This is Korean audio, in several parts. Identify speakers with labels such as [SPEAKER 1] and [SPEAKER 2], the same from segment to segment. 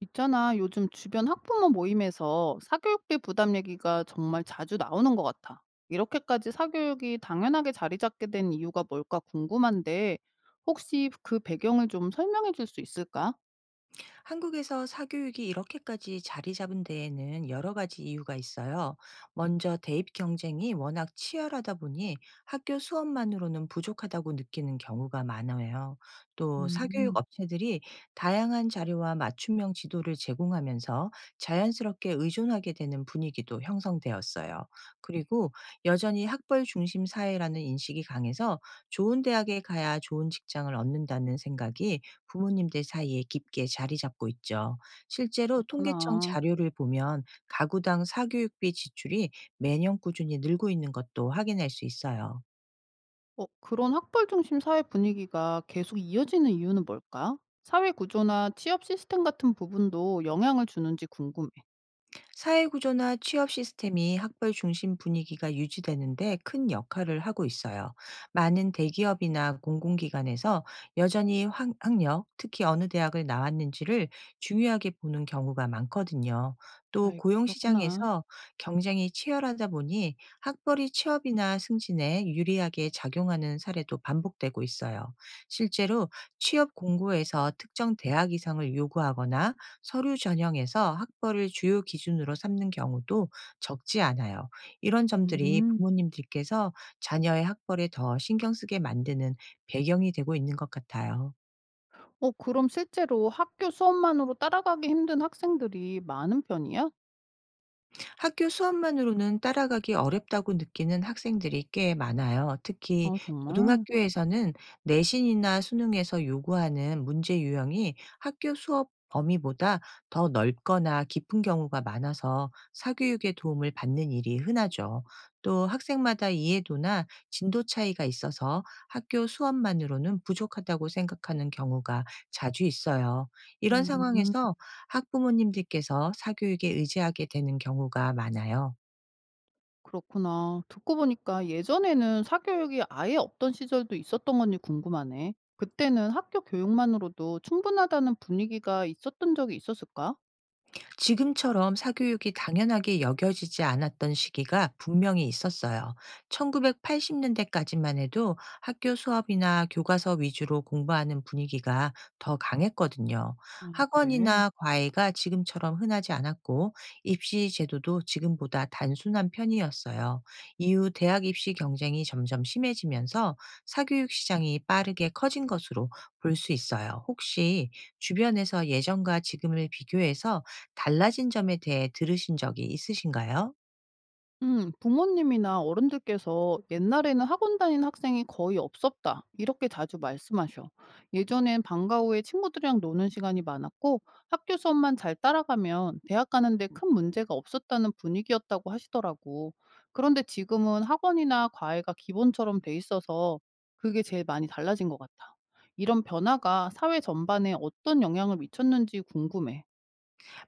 [SPEAKER 1] 있잖아, 요즘 주변 학부모 모임에서 사교육비 부담 얘기가 정말 자주 나오는 것 같아. 이렇게까지 사교육이 당연하게 자리 잡게 된 이유가 뭘까 궁금한데, 혹시 그 배경을 좀 설명해 줄 수 있을까?
[SPEAKER 2] 한국에서 사교육이 이렇게까지 자리 잡은 데에는 여러 가지 이유가 있어요. 먼저 대입 경쟁이 워낙 치열하다 보니 학교 수업만으로는 부족하다고 느끼는 경우가 많아요. 또 사교육
[SPEAKER 1] 음,
[SPEAKER 2] 업체들이 다양한 자료와 맞춤형 지도를 제공하면서 자연스럽게 의존하게 되는 분위기도 형성되었어요. 그리고 여전히 학벌 중심 사회라는 인식이 강해서 좋은 대학에 가야 좋은 직장을 얻는다는 생각이 부모님들 사이에 깊게 자리 잡고 있죠. 실제로 통계청
[SPEAKER 1] 그렇구나.
[SPEAKER 2] 자료를 보면 가구당 사교육비 지출이 매년 꾸준히 늘고 있는 것도 확인할 수 있어요.
[SPEAKER 1] 그런 학벌 중심 사회 분위기가 계속 이어지는 이유는 뭘까? 사회 구조나 취업 시스템 같은 부분도 영향을 주는지 궁금해.
[SPEAKER 2] 사회구조나 취업 시스템이 학벌 중심 분위기가 유지되는데 큰 역할을 하고 있어요. 많은 대기업이나 공공기관에서 여전히 학력, 특히 어느 대학을 나왔는지를 중요하게 보는 경우가 많거든요. 또
[SPEAKER 1] 아이고, 그렇구나.
[SPEAKER 2] 고용시장에서 경쟁이 치열하다 보니 학벌이 취업이나 승진에 유리하게 작용하는 사례도 반복되고 있어요. 실제로 취업 공고에서 특정 대학 이상을 요구하거나 서류 전형에서 학벌을 주요 기준으로 삼는 경우도 적지 않아요. 이런 점들이
[SPEAKER 1] 음.
[SPEAKER 2] 부모님들께서 자녀의 학벌에 더 신경 쓰게 만드는 배경이 되고 있는 것 같아요.
[SPEAKER 1] 그럼 실제로 학교 수업만으로 따라가기 힘든 학생들이 많은 편이야?
[SPEAKER 2] 학교 수업만으로는 따라가기 어렵다고 느끼는 학생들이 꽤 많아요. 특히
[SPEAKER 1] 아 정말?
[SPEAKER 2] 고등학교에서는 내신이나 수능에서 요구하는 문제 유형이 학교 수업 범위보다 더 넓거나 깊은 경우가 많아서 사교육의 도움을 받는 일이 흔하죠. 또 학생마다 이해도나 진도 차이가 있어서 학교 수업만으로는 부족하다고 생각하는 경우가 자주 있어요. 이런
[SPEAKER 1] 음
[SPEAKER 2] 상황에서 학부모님들께서 사교육에 의지하게 되는 경우가 많아요.
[SPEAKER 1] 그렇구나. 듣고 보니까 예전에는 사교육이 아예 없던 시절도 있었던 건지 궁금하네. 그때는 학교 교육만으로도 충분하다는 분위기가 있었던 적이 있었을까?
[SPEAKER 2] 지금처럼 사교육이 당연하게 여겨지지 않았던 시기가 분명히 있었어요. 1980년대까지만 해도 학교 수업이나 교과서 위주로 공부하는 분위기가 더 강했거든요.
[SPEAKER 1] 아 그래.
[SPEAKER 2] 학원이나 과외가 지금처럼 흔하지 않았고 입시 제도도 지금보다 단순한 편이었어요. 이후 대학 입시 경쟁이 점점 심해지면서 사교육 시장이 빠르게 커진 것으로 볼 수 있어요. 혹시 주변에서 예전과 지금을 비교해서 달라진 점에 대해 들으신 적이 있으신가요?
[SPEAKER 1] 부모님이나 어른들께서 옛날에는 학원 다닌 학생이 거의 없었다. 이렇게 자주 말씀하셔. 예전엔 방과 후에 친구들이랑 노는 시간이 많았고 학교 수업만 잘 따라가면 대학 가는데 큰 문제가 없었다는 분위기였다고 하시더라고. 그런데 지금은 학원이나 과외가 기본처럼 돼 있어서 그게 제일 많이 달라진 것 같아. 이런 변화가 사회 전반에 어떤 영향을 미쳤는지 궁금해.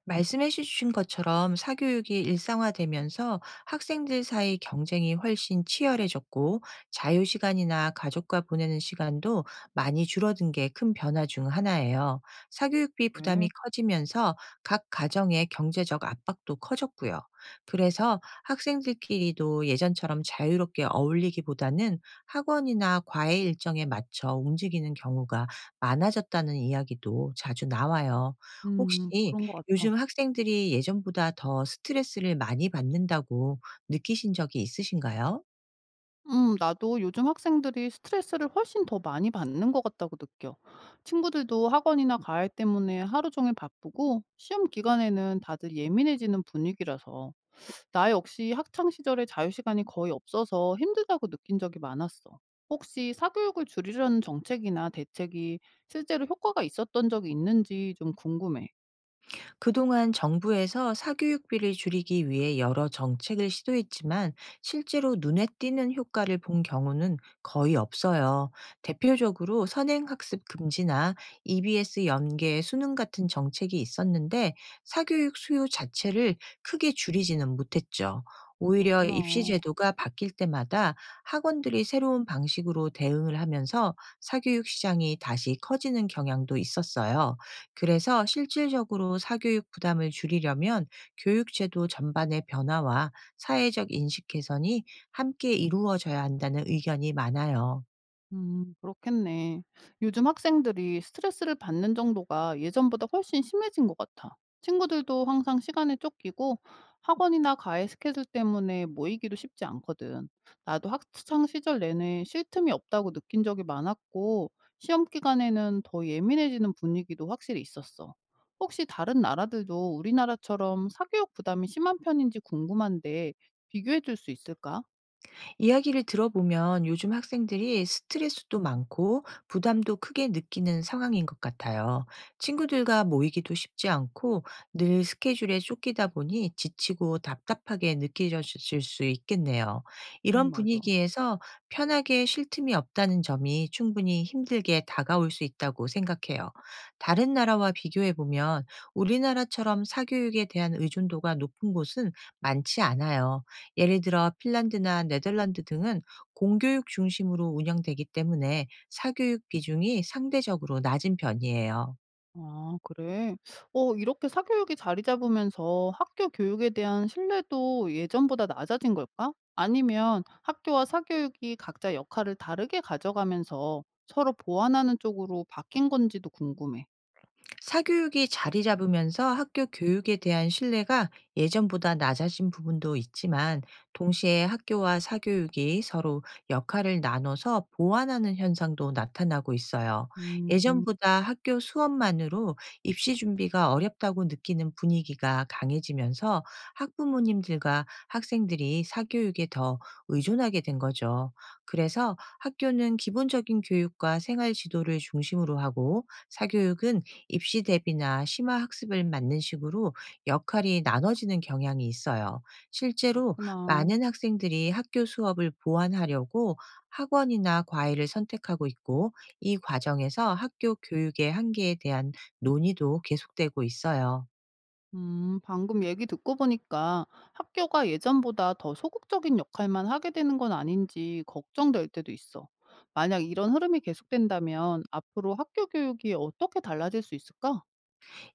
[SPEAKER 2] 말씀해 주신 것처럼 사교육이 일상화되면서 학생들 사이 경쟁이 훨씬 치열해졌고 자유시간이나 가족과 보내는 시간도 많이 줄어든 게 큰 변화 중 하나예요. 사교육비
[SPEAKER 1] 네.
[SPEAKER 2] 부담이 커지면서 각 가정의 경제적 압박도 커졌고요. 그래서 학생들끼리도 예전처럼 자유롭게 어울리기보다는 학원이나 과외 일정에 맞춰 움직이는 경우가 많아졌다는 이야기도 자주 나와요. 혹시
[SPEAKER 1] 그런 것 같아.
[SPEAKER 2] 요즘 학생들이 예전보다 더 스트레스를 많이 받는다고 느끼신 적이 있으신가요?
[SPEAKER 1] 나도 요즘 학생들이 스트레스를 훨씬 더 많이 받는 것 같다고 느껴. 친구들도 학원이나 과외 때문에 하루 종일 바쁘고, 시험 기간에는 다들 예민해지는 분위기라서, 나 역시 학창 시절에 자유시간이 거의 없어서 힘들다고 느낀 적이 많았어. 혹시 사교육을 줄이려는 정책이나 대책이 실제로 효과가 있었던 적이 있는지 좀 궁금해.
[SPEAKER 2] 그동안 정부에서 사교육비를 줄이기 위해 여러 정책을 시도했지만 실제로 눈에 띄는 효과를 본 경우는 거의 없어요. 대표적으로 선행학습 금지나 EBS 연계 수능 같은 정책이 있었는데 사교육 수요 자체를 크게 줄이지는 못했죠. 오히려 입시
[SPEAKER 1] 그렇구나.
[SPEAKER 2] 제도가 바뀔 때마다 학원들이 새로운 방식으로 대응을 하면서 사교육 시장이 다시 커지는 경향도 있었어요. 그래서 실질적으로 사교육 부담을 줄이려면 교육제도 전반의 변화와 사회적 인식 개선이 함께 이루어져야 한다는 의견이 많아요.
[SPEAKER 1] 그렇겠네. 요즘 학생들이 스트레스를 받는 정도가 예전보다 훨씬 심해진 것 같아. 친구들도 항상 시간에 쫓기고 학원이나 과외 스케줄 때문에 모이기도 쉽지 않거든. 나도 학창 시절 내내 쉴 틈이 없다고 느낀 적이 많았고 시험 기간에는 더 예민해지는 분위기도 확실히 있었어. 혹시 다른 나라들도 우리나라처럼 사교육 부담이 심한 편인지 궁금한데 비교해 줄 수 있을까?
[SPEAKER 2] 이야기를 들어보면 요즘 학생들이 스트레스도 많고 부담도 크게 느끼는 상황인 것 같아요. 친구들과 모이기도 쉽지 않고 늘 스케줄에 쫓기다 보니 지치고 답답하게 느껴질 수 있겠네요. 이런
[SPEAKER 1] 맞아.
[SPEAKER 2] 분위기에서 편하게 쉴 틈이 없다는 점이 충분히 힘들게 다가올 수 있다고 생각해요. 다른 나라와 비교해보면 우리나라처럼 사교육에 대한 의존도가 높은 곳은 많지 않아요. 예를 들어 핀란드나 네덜란드 등은 공교육 중심으로 운영되기 때문에 사교육 비중이 상대적으로 낮은 편이에요.
[SPEAKER 1] 아 그래? 이렇게 사교육이 자리 잡으면서 학교 교육에 대한 신뢰도 예전보다 낮아진 걸까? 아니면 학교와 사교육이 각자 역할을 다르게 가져가면서 서로 보완하는 쪽으로 바뀐 건지도 궁금해.
[SPEAKER 2] 사교육이 자리 잡으면서 학교 교육에 대한 신뢰가 예전보다 낮아진 부분도 있지만 동시에 학교와 사교육이 서로 역할을 나눠서 보완하는 현상도 나타나고 있어요.
[SPEAKER 1] 음,
[SPEAKER 2] 예전보다 학교 수업만으로 입시 준비가 어렵다고 느끼는 분위기가 강해지면서 학부모님들과 학생들이 사교육에 더 의존하게 된 거죠. 그래서 학교는 기본적인 교육과 생활 지도를 중심으로 하고 사교육은 입시 대비나 심화 학습을 맞는 식으로 역할이 나눠지는 경향이 있어요. 실제로
[SPEAKER 1] 그렇구나.
[SPEAKER 2] 많은 학생들이 학교 수업을 보완하려고 학원이나 과외를 선택하고 있고 이 과정에서 학교 교육의 한계에 대한 논의도 계속되고 있어요.
[SPEAKER 1] 방금 얘기 듣고 보니까 학교가 예전보다 더 소극적인 역할만 하게 되는 건 아닌지 걱정될 때도 있어. 만약 이런 흐름이 계속된다면 앞으로 학교 교육이 어떻게 달라질 수 있을까?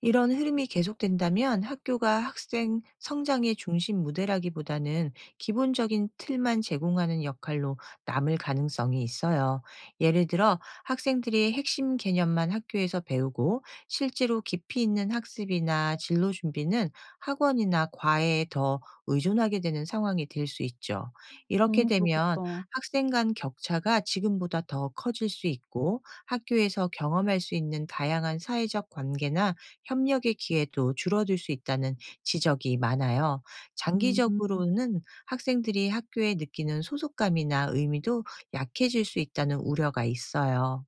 [SPEAKER 2] 이런 흐름이 계속된다면 학교가 학생 성장의 중심 무대라기보다는 기본적인 틀만 제공하는 역할로 남을 가능성이 있어요. 예를 들어 학생들이 핵심 개념만 학교에서 배우고 실제로 깊이 있는 학습이나 진로 준비는 학원이나 과외에 더 의존하게 되는 상황이 될 수 있죠. 이렇게 되면
[SPEAKER 1] 그렇겠다.
[SPEAKER 2] 학생 간 격차가 지금보다 더 커질 수 있고 학교에서 경험할 수 있는 다양한 사회적 관계나 협력의 기회도 줄어들 수 있다는 지적이 많아요.
[SPEAKER 1] 음.
[SPEAKER 2] 장기적으로는 학생들이 학교에 느끼는 소속감이나 의미도 약해질 수 있다는 우려가 있어요.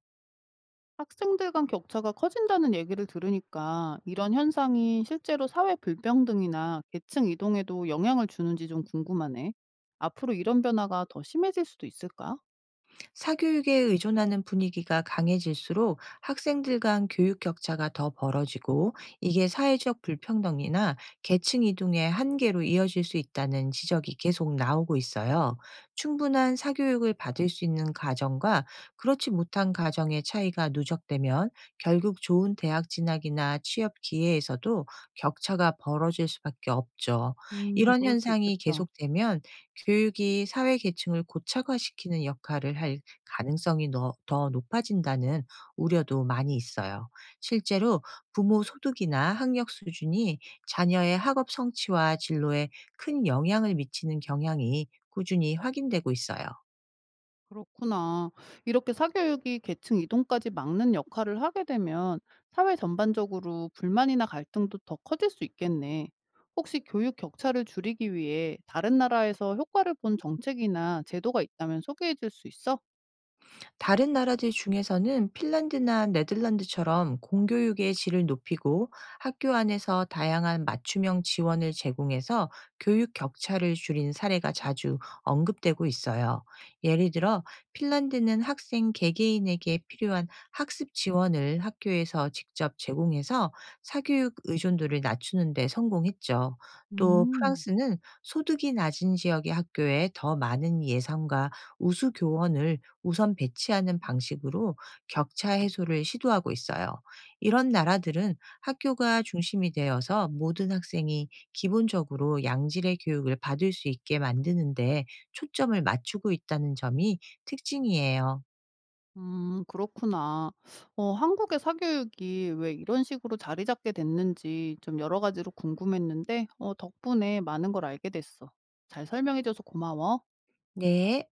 [SPEAKER 1] 학생들 간 격차가 커진다는 얘기를 들으니까 이런 현상이 실제로 사회 불평등이나 계층 이동에도 영향을 주는지 좀 궁금하네. 앞으로 이런 변화가 더 심해질 수도 있을까?
[SPEAKER 2] 사교육에 의존하는 분위기가 강해질수록 학생들 간 교육 격차가 더 벌어지고 이게 사회적 불평등이나 계층 이동의 한계로 이어질 수 있다는 지적이 계속 나오고 있어요. 충분한 사교육을 받을 수 있는 가정과 그렇지 못한 가정의 차이가 누적되면 결국 좋은 대학 진학이나 취업 기회에서도 격차가 벌어질 수밖에 없죠. 이런
[SPEAKER 1] 그럴 수
[SPEAKER 2] 현상이
[SPEAKER 1] 있겠다.
[SPEAKER 2] 계속되면 교육이 사회 계층을 고착화시키는 역할을 할 가능성이 더 높아진다는 우려도 많이 있어요. 실제로 부모 소득이나 학력 수준이 자녀의 학업 성취와 진로에 큰 영향을 미치는 경향이 꾸준히 확인되고 있어요.
[SPEAKER 1] 그렇구나. 이렇게 사교육이 계층 이동까지 막는 역할을 하게 되면 사회 전반적으로 불만이나 갈등도 더 커질 수 있겠네. 혹시 교육 격차를 줄이기 위해 다른 나라에서 효과를 본 정책이나 제도가 있다면 소개해 줄 수 있어?
[SPEAKER 2] 다른 나라들 중에서는 핀란드나 네덜란드처럼 공교육의 질을 높이고 학교 안에서 다양한 맞춤형 지원을 제공해서 교육 격차를 줄인 사례가 자주 언급되고 있어요. 예를 들어 핀란드는 학생 개개인에게 필요한 학습 지원을 학교에서 직접 제공해서 사교육 의존도를 낮추는 데 성공했죠. 또
[SPEAKER 1] 음,
[SPEAKER 2] 프랑스는 소득이 낮은 지역의 학교에 더 많은 예산과 우수 교원을 우선 배치하는 방식으로 격차 해소를 시도하고 있어요. 이런 나라들은 학교가 중심이 되어서 모든 학생이 기본적으로 양질의 교육을 받을 수 있게 만드는데 초점을 맞추고 있다는 점이 특징이에요.
[SPEAKER 1] 그렇구나. 한국의 사교육이 왜 이런 식으로 자리 잡게 됐는지 좀 여러 가지로 궁금했는데, 덕분에 많은 걸 알게 됐어. 잘 설명해줘서 고마워.
[SPEAKER 2] 네.